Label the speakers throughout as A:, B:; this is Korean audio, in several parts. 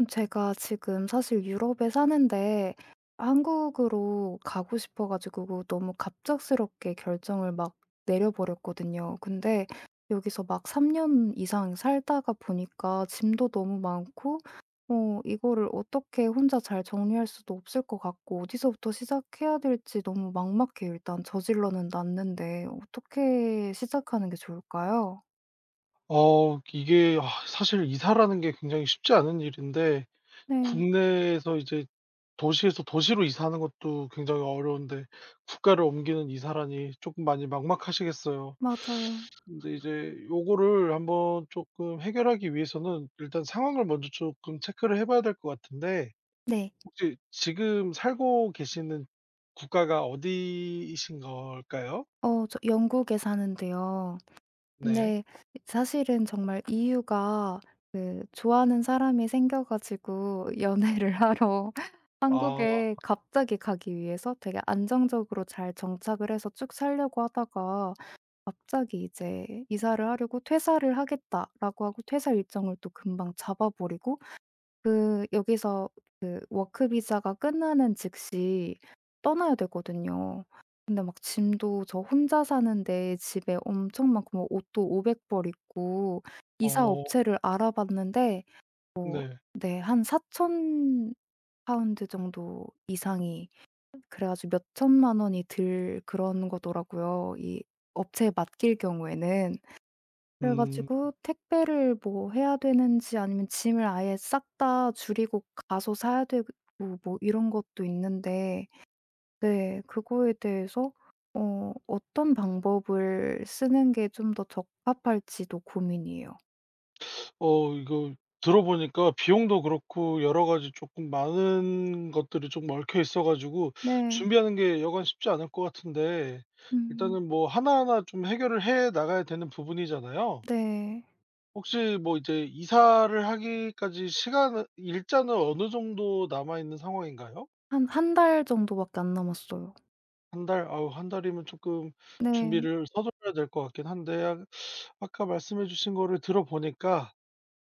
A: 제가 지금 사실 유럽에 사는데 한국으로 가고 싶어 가지고 너무 갑작스럽게 결정을 막 내려 버렸거든요. 근데 여기서 막 3년 이상 살다가 보니까 짐도 너무 많고 이거를 어떻게 혼자 잘 정리할 수도 없을 것 같고 어디서부터 시작해야 될지 너무 막막해요. 일단 저질러는 놨는데 어떻게 시작하는 게 좋을까요?
B: 이게 사실 이사라는 게 굉장히 쉽지 않은 일인데
A: 네.
B: 국내에서 이제 도시에서 도시로 이사하는 것도 굉장히 어려운데 국가를 옮기는 이사라니 조금 많이 막막하시겠어요.
A: 맞아요.
B: 근데 이제 요거를 한번 조금 해결하기 위해서는 일단 상황을 먼저 조금 체크를 해 봐야 될 것 같은데
A: 네.
B: 혹시 지금 살고 계시는 국가가 어디이신 걸까요?
A: 저 영국에 사는데요.
B: 네.
A: 근데 사실은 정말 이유가 그 좋아하는 사람이 생겨 가지고 연애를 하러
B: 아,
A: 한국에 갑자기 가기 위해서 되게 안정적으로 잘 정착을 해서 쭉 살려고 하다가 갑자기 이제 이사를 하려고 "퇴사를 하겠다."라고 하고 퇴사 일정을 또 금방 잡아 버리고 그 여기서 그 워크 비자가 끝나는 즉시 떠나야 되거든요. 근데 막 짐도 저 혼자 사는데 집에 엄청 많고 뭐 옷도 500 벌 있고 이사
B: 어,
A: 업체를 알아봤는데
B: 네.
A: 네 한4천 파운드 정도 이상이 그래 가지고 몇 천만 원이 들 그런 거더라고요, 이 업체에 맡길 경우에는. 그래
B: 음.
A: 가지고 택배를 뭐 해야 되는지 아니면 짐을 아예 싹 다 줄이고 가서 사야 되고 뭐 이런 것도 있는데 네 그거에 대해서 어떤 방법을 쓰는 게 좀 더 적합할지도 고민이에요.
B: 이거 들어보니까 비용도 그렇고 여러 가지 조금 많은 것들이 좀 얽혀 있어 가지고
A: 네.
B: 준비하는 게 여간 쉽지 않을 것 같은데
A: 음.
B: 일단은 뭐 하나하나 좀 해결을 해 나가야 되는 부분이잖아요.
A: 네.
B: 혹시 뭐 이제 이사를 하기까지 시간 일자는 어느 정도 남아 있는 상황인가요?
A: 한 한 달 정도밖에 안 남았어요.
B: 한 달? 아우, 한 달이면 조금
A: 네.
B: 준비를 서둘러야 될 것 같긴 한데 아까 말씀해 주신 거를 들어보니까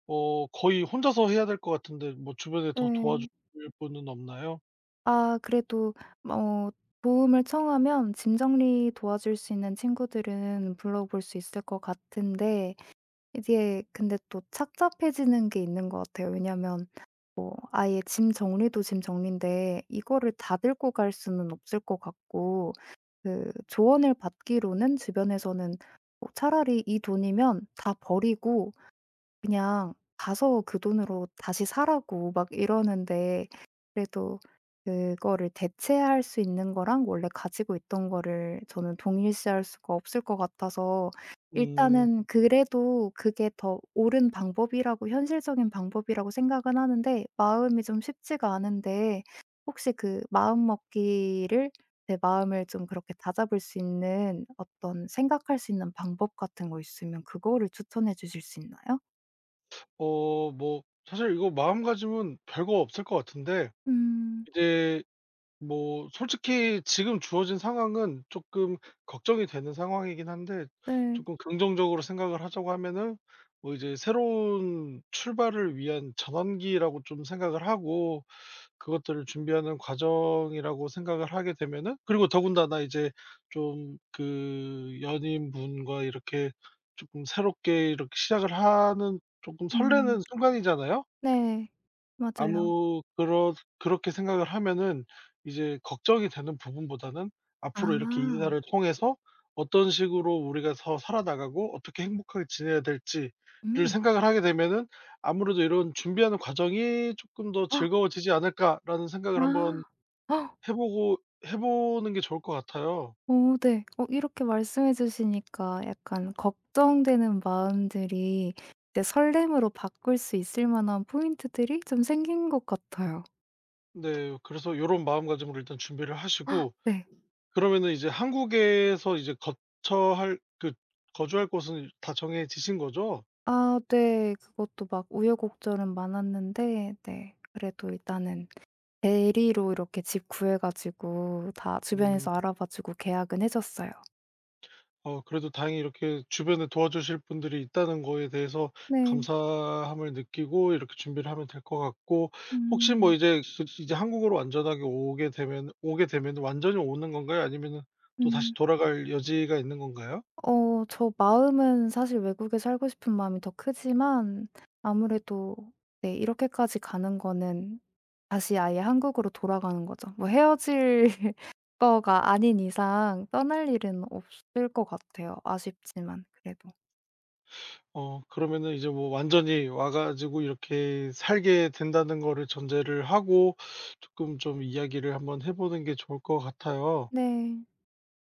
B: 어 거의 혼자서 해야 될 것 같은데 뭐 주변에 더
A: 네.
B: 도와줄 분은 없나요?
A: 아 그래도 어 도움을 청하면 짐 정리 도와줄 수 있는 친구들은 불러볼 수 있을 것 같은데 이게 근데 또 착잡해지는 게 있는 것 같아요. 왜냐면 뭐 아예 짐 정리도 짐 정리인데 이거를 다 들고 갈 수는 없을 것 같고 그 조언을 받기로는 주변에서는 뭐 차라리 "이 돈이면 다 버리고 그냥 가서 그 돈으로 다시 사라고 막 이러는데 그래도 그거를 대체할 수 있는 거랑 원래 가지고 있던 거를 저는 동일시할 수가 없을 것 같아서
B: 음.
A: 일단은 그래도 그게 더 옳은 방법이라고 현실적인 방법이라고 생각은 하는데 마음이 좀 쉽지가 않은데 혹시 그 마음먹기를 제 마음을 좀 그렇게 다잡을 수 있는 어떤 생각할 수 있는 방법 같은 거 있으면 그거를 추천해 주실 수 있나요?
B: 뭐 사실 이거 마음가짐은 별거 없을 것 같은데
A: 음.
B: 이제 뭐 솔직히 지금 주어진 상황은 쪼끔 걱정이 되는 상황이긴 한데
A: 네.
B: 쪼끔 긍정적으로 생각을 하자고 하면은 뭐 이제 새로운 출발을 위한 전환기라고 좀 생각을 하고 그것들을 준비하는 과정이라고 생각을 하게 되면은, 그리고 더군다나 이제 좀 그 연인분과 이렇게 조금 새롭게 이렇게 시작을 하는 조금
A: 음.
B: 설레는 순간이잖아요.
A: 네. 맞아요.
B: 아무 그렇 그렇게 생각을 하면은 이제 걱정이 되는 부분보다는 앞으로 이렇게 이
A: 아.
B: 대사를 통해서 어떤 식으로 우리가 더 살아나가고 어떻게 행복하게 지내야 될지를
A: 음.
B: 생각을 하게 되면은 아무래도 이런 준비하는 과정이 '쪼끔 더
A: 아.
B: 즐거워지지 않을까.'라는 생각을 한번 해 보고 해 보는 게 좋을 것 같아요.
A: 네. 이렇게 말씀해 주시니까 약간 걱정되는 마음들이 이제 설렘으로 바꿀 수 있을 만한 포인트들이 좀 생긴 것 같아요.
B: 네. 그래서 요런 마음가짐으로 일단 준비를 하시고,
A: 네.
B: 그러면은 이제 한국에서 이제 거처 할 그 거주할 곳은 다 정해지신 거죠?
A: 아 네. 그것도 막 우여곡절은 많았는데 네 그래도 일단은 대리로 이렇게 집 구해 가지고 다 주변에서
B: 음.
A: 알아봐 주고 계약은 해 줬어요.
B: 그래도 다행히 이렇게 주변에 도와주실 분들이 있다는 거에 대해서
A: 네.
B: 감사함을 느끼고 이렇게 준비를 하면 될 것 같고, 혹시 뭐
A: 음.
B: 이제 그 이제 한국으로 완전하게 오게 되면, 완전히 오는 건가요? 아니면은 또 다시
A: 음.
B: 돌아갈 여지가 있는 건가요?
A: 저 마음은 사실 외국에 살고 싶은 마음이 더 크지만 아무래도 네 이렇게까지 가는 거는 다시 아예 한국으로 돌아가는 거죠. 뭐 헤어질 거가 아닌 이상 떠날 일은 없을 것 같아요 아쉽지만 그래도.
B: 그러면은 이제 뭐 완전히 와 가지고 이렇게 살게 된다는 거를 전제를 하고 조금 좀 이야기를 한번 해 보는 게 좋을 것 같아요.
A: 네.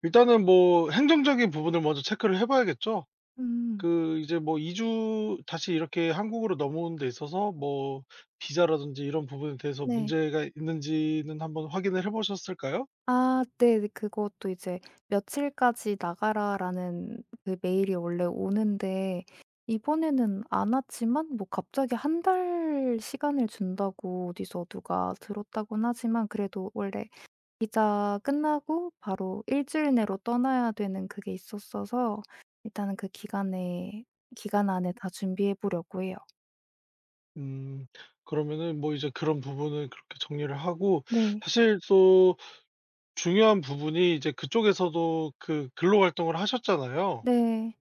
B: 일단은 뭐 행정적인 부분을 먼저 체크를 해 봐야겠죠?
A: 음.
B: 그 이제 뭐 이주 다시 이렇게 한국으로 넘어오는 데 있어서 뭐 비자라든지 이런 부분에 대해서
A: 네.
B: 문제가 있는지는 한번 확인을 해 보셨을까요?
A: 아 네. 네, 그것도 이제 "며칠까지 나가라."라는 그 메일이 원래 오는데 이번에는 안 왔지만 뭐 갑자기 한 달 시간을 준다고 어디서 누가 들었다곤 하지만 그래도 원래 기자 끝나고 바로 일 주일 내로 떠나야 되는 그게 있었어서 일단은 그 기간 안에 다 준비해 보려고 해요.
B: 음. 그러면은 뭐 이제 그런 부분을 그렇게 정리를 하고,
A: 네.
B: 사실 또 중요한 부분이 이제 그쪽에서도 그 근로 활동을 하셨잖아요.
A: 네.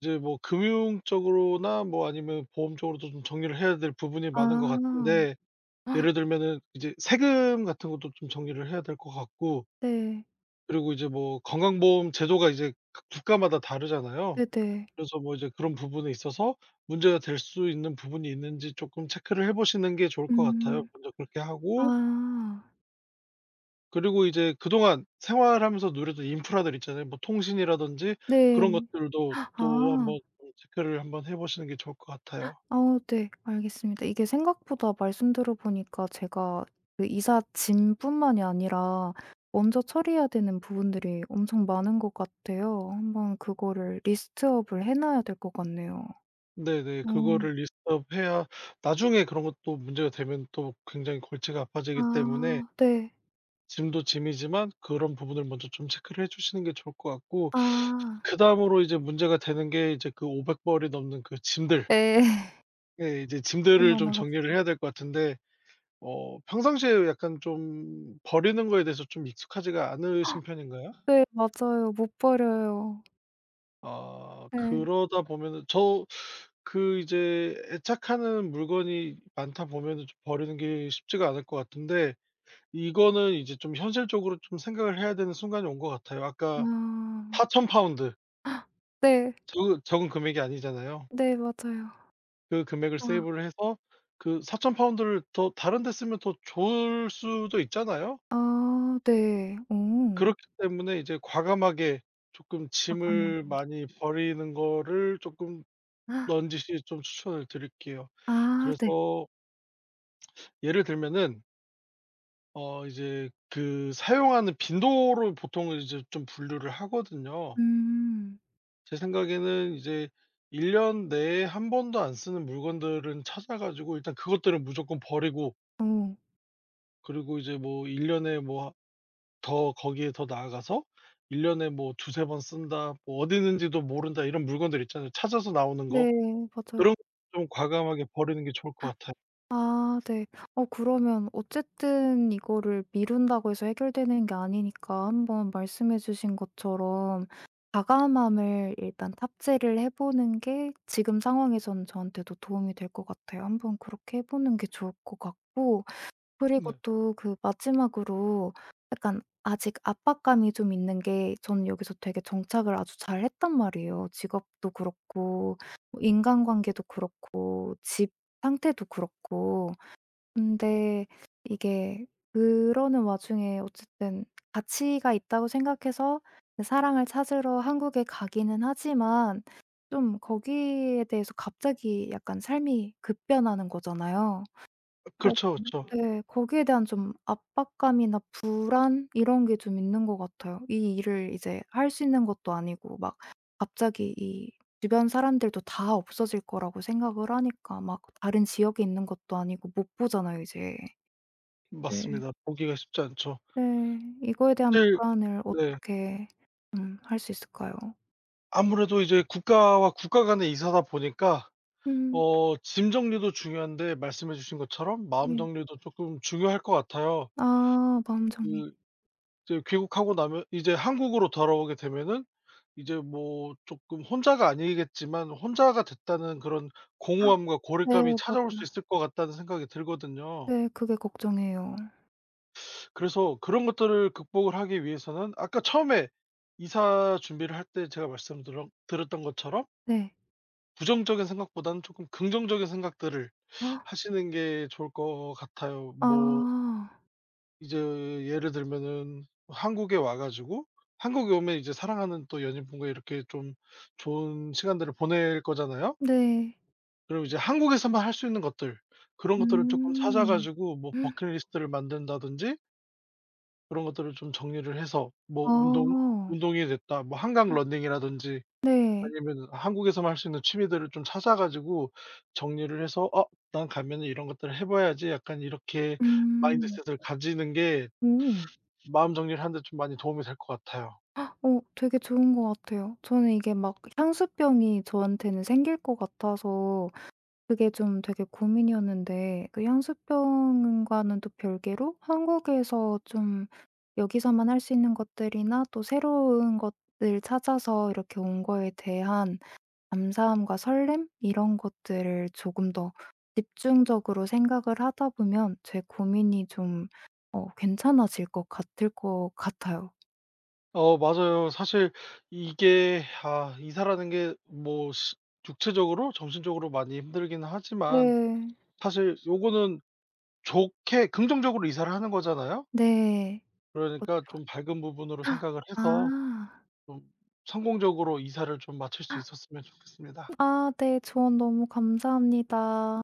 B: 이제 뭐 금융 쪽으로나 뭐 아니면 보험 쪽으로도 좀 정리를 해야 될 부분이 많은 것
A: 아.
B: 같은데, 예를 들면은 이제 세금 같은 것도 좀 정리를 해야 될 것 같고,
A: 네.
B: 그리고 이제 뭐 건강보험 제도가 이제 각 국가마다 다르잖아요.
A: 네네.
B: 그래서 뭐 이제 그런 부분에 있어서 문제가 될 수 있는 부분이 있는지 조금 체크를 해 보시는 게 좋을 것 같아요.
A: 음.
B: 먼저 그렇게 하고,
A: 아.
B: 그리고 이제 그동안 생활하면서 누렸던 인프라들 있잖아요. 뭐 통신이라든지 그런
A: 네.
B: 것들도 또
A: 아.
B: 한번 좀 체크를 한번 해 보시는 게 좋을 것 같아요.
A: 네. 알겠습니다. 이게 생각보다 말씀 들어보니까 제가 그 이사 짐뿐만이 아니라 먼저 처리해야 되는 부분들이 엄청 많은 것 같아요. 한번 그거를 리스트업을 해 놔야 될 것 같네요.
B: 네네.
A: 음,
B: 그거를 리스트업 해야 나중에 그런 것도 문제가 되면 또 굉장히 골치가 아파지기 때문에
A: 아 네.
B: 짐도 짐이지만 그런 부분을 먼저 좀 체크를 해 주시는 게 좋을 것 같고,
A: 아.
B: 그다음으로 이제 문제가 되는 게 이제 그 500 벌이 넘는 그 짐들,
A: 네.
B: 예, 이제
A: 너무
B: 짐들을 좀
A: 많아
B: 정리를 해야
A: 가지고.
B: 될 것 같은데, 평상시에 약간 좀 버리는 거에 대해서 좀 익숙하지가 않으신 편인가요?
A: 네 맞아요. 못 버려요. 네.
B: 그러다 보면은 저, 그 이제 애착하는 물건이 많다 보면은 좀 버리는 게 쉽지가 않을 것 같은데, 이거는 이제 좀 현실적으로 좀 생각을 해야 되는 순간이 온 것 같아요. 아까
A: 아.
B: 4,000 파운드,
A: 네.
B: 적은 금액이 아니잖아요.
A: 네 맞아요.
B: 그 금액을
A: 아.
B: 세이브를 해서 그 4,000 파운드를 더 다른 데 쓰면 더 좋을 수도 있잖아요.
A: 아 네. 오.
B: 그렇기 때문에 이제 과감하게 쪼끔 짐을
A: 과
B: 많이 버리는 거를 쪼끔 넌지시 좀 추천을 드릴게요.
A: 아
B: 그래서
A: 네.
B: 예를 들면은 이제 그 사용하는 빈도로 보통은 이제 좀 분류를 하거든요.
A: 음.
B: 제 생각에는 이제 1년 내에 한 번도 안 쓰는 물건들은 찾아 가지고 일단 그것들은 무조건 버리고,
A: 어.
B: 그리고 이제 뭐 1년에 년에 뭐 더 거기에 더 나아가서 1년에 년에 뭐 두세 번 쓴다, 뭐 어디 있는지도 모른다, 이런 물건들 있잖아요. 찾아서 나오는 거.
A: 네. 맞아요.
B: 그런 좀 과감하게 버리는 게 좋을 것 같아요.
A: 아 네. 그러면 어쨌든 이거를 미룬다고 해서 해결되는 게 아니니까 한번 말씀해 주신 것처럼 과감함을 일단 탑재를 해 보는 게 지금 상황에서는 저한테도 도움이 될 것 같아요. 한번 그렇게 해 보는 게 좋을 것 같고 그리고
B: 네.
A: 또 그 마지막으로 약간 아직 압박감이 좀 있는 게 저는 여기서 되게 정착을 아주 잘했단 말이에요. 직업도 그렇고 뭐 인간관계도 그렇고 집 상태도 그렇고. 근데 이게 그러는 와중에 어쨌든 가치가 있다고 생각해서 사랑을 찾으러 한국에 가기는 하지만 좀 거기에 대해서 갑자기 약간 삶이 급변하는 거잖아요. 그래서
B: 그렇죠, 그렇죠.
A: 네 거기에 대한 좀 압박감이나 불안 이런 게 좀 있는 것 같아요. 이 일을 이제 할 수 있는 것도 아니고 막 갑자기 이 주변 사람들도 다 없어질 거라고 생각을 하니까 막 다른 지역에 있는 것도 아니고 못 보잖아요 이제. 네.
B: 맞습니다. 보기가 쉽지 않죠.
A: 네. 이거에 대한
B: 사실
A: 불안을
B: 네.
A: 어떻게 좀 할 수 있을까요?
B: 아무래도 이제 국가와 국가 간의 이사다 보니까
A: 음.
B: 짐 정리도 중요한데, 말씀해 주신 것처럼 마음
A: 네.
B: 정리도 쪼끔 중요할 것 같아요.
A: 아 마음 정리.
B: 그 이제 귀국하고 나면, 이제 한국으로 돌아오게 되면은 이제 뭐 조금 혼자가 아니겠지만 '혼자가 됐다는 그런
A: 아,
B: 공허함과
A: 네
B: 고립감이 찾아올 수
A: 맞아요.
B: 있을 것 같다.'는 생각이 들거든요.
A: 네 그게 걱정이에요.
B: 그래서 그런 것들을 극복을 하기 위해서는, 아까 처음에 이사 준비를 할 때 제가 말씀드렸 던 것처럼
A: 네.
B: 부정적인 생각보다는 조금 긍정적인 생각들을
A: 아.
B: 하시는 게 좋을 것 같아요.
A: 아,
B: 뭐 이제 예를 들면은 한국에 와 가지고, 한국에 오면 이제 사랑하는 또 연인분과 이렇게 좀 좋은 시간들을 보낼 거잖아요.
A: 네.
B: 그리고 이제 한국에서만 할 수 있는 것들, 그런 것들을 조금 찾아
A: 음.
B: 가지고 뭐 버킷리스트를 만든다든지 그런 것들을 좀 정리를 해서, 뭐
A: 아.
B: 운동이 됐다 뭐 한강 러닝이라든지 아
A: 네.
B: 니면 한국에서만 할 수 있는 취미들을 좀 찾아 가지고 정리를 해서 '어, 난 가면은 이런 것들을 해 봐야지.' 약간 이렇게
A: 음.
B: 마인드셋을 가지는 게
A: 오.
B: 마음 정리를 하는 데 좀 많이 도움이 될 것 같아요.
A: 되게 좋은 것 같아요. 저는 이게 막 향수병이 저한테는 생길 것 같아서 그게 좀 되게 고민이었는데 그 향수병과는 또 별개로 한국에서 좀 여기서만 할 수 있는 것들이나 또 새로운 것들 찾아서 이렇게 온 거에 대한 감사함과 설렘 이런 것들을 조금 더 집중적으로 생각을 하다 보면 제 고민이 좀 괜찮아질 것 같을 것 같아요.
B: 맞아요. 사실 이게 이사라는 게 뭐 육체적으로 정신적으로 많이 힘들기는 하지만,
A: 네.
B: 사실 요거는 좋게 긍정적으로 이사를 하는 거잖아요.
A: 네. 엇
B: 그러니까 좀 밝은 부분으로
A: 아.
B: 생각을 해서 좀 성공적으로 이사를 좀 마칠 수 있었으면 좋겠습니다.
A: 아 네. 조언 너무 감사합니다.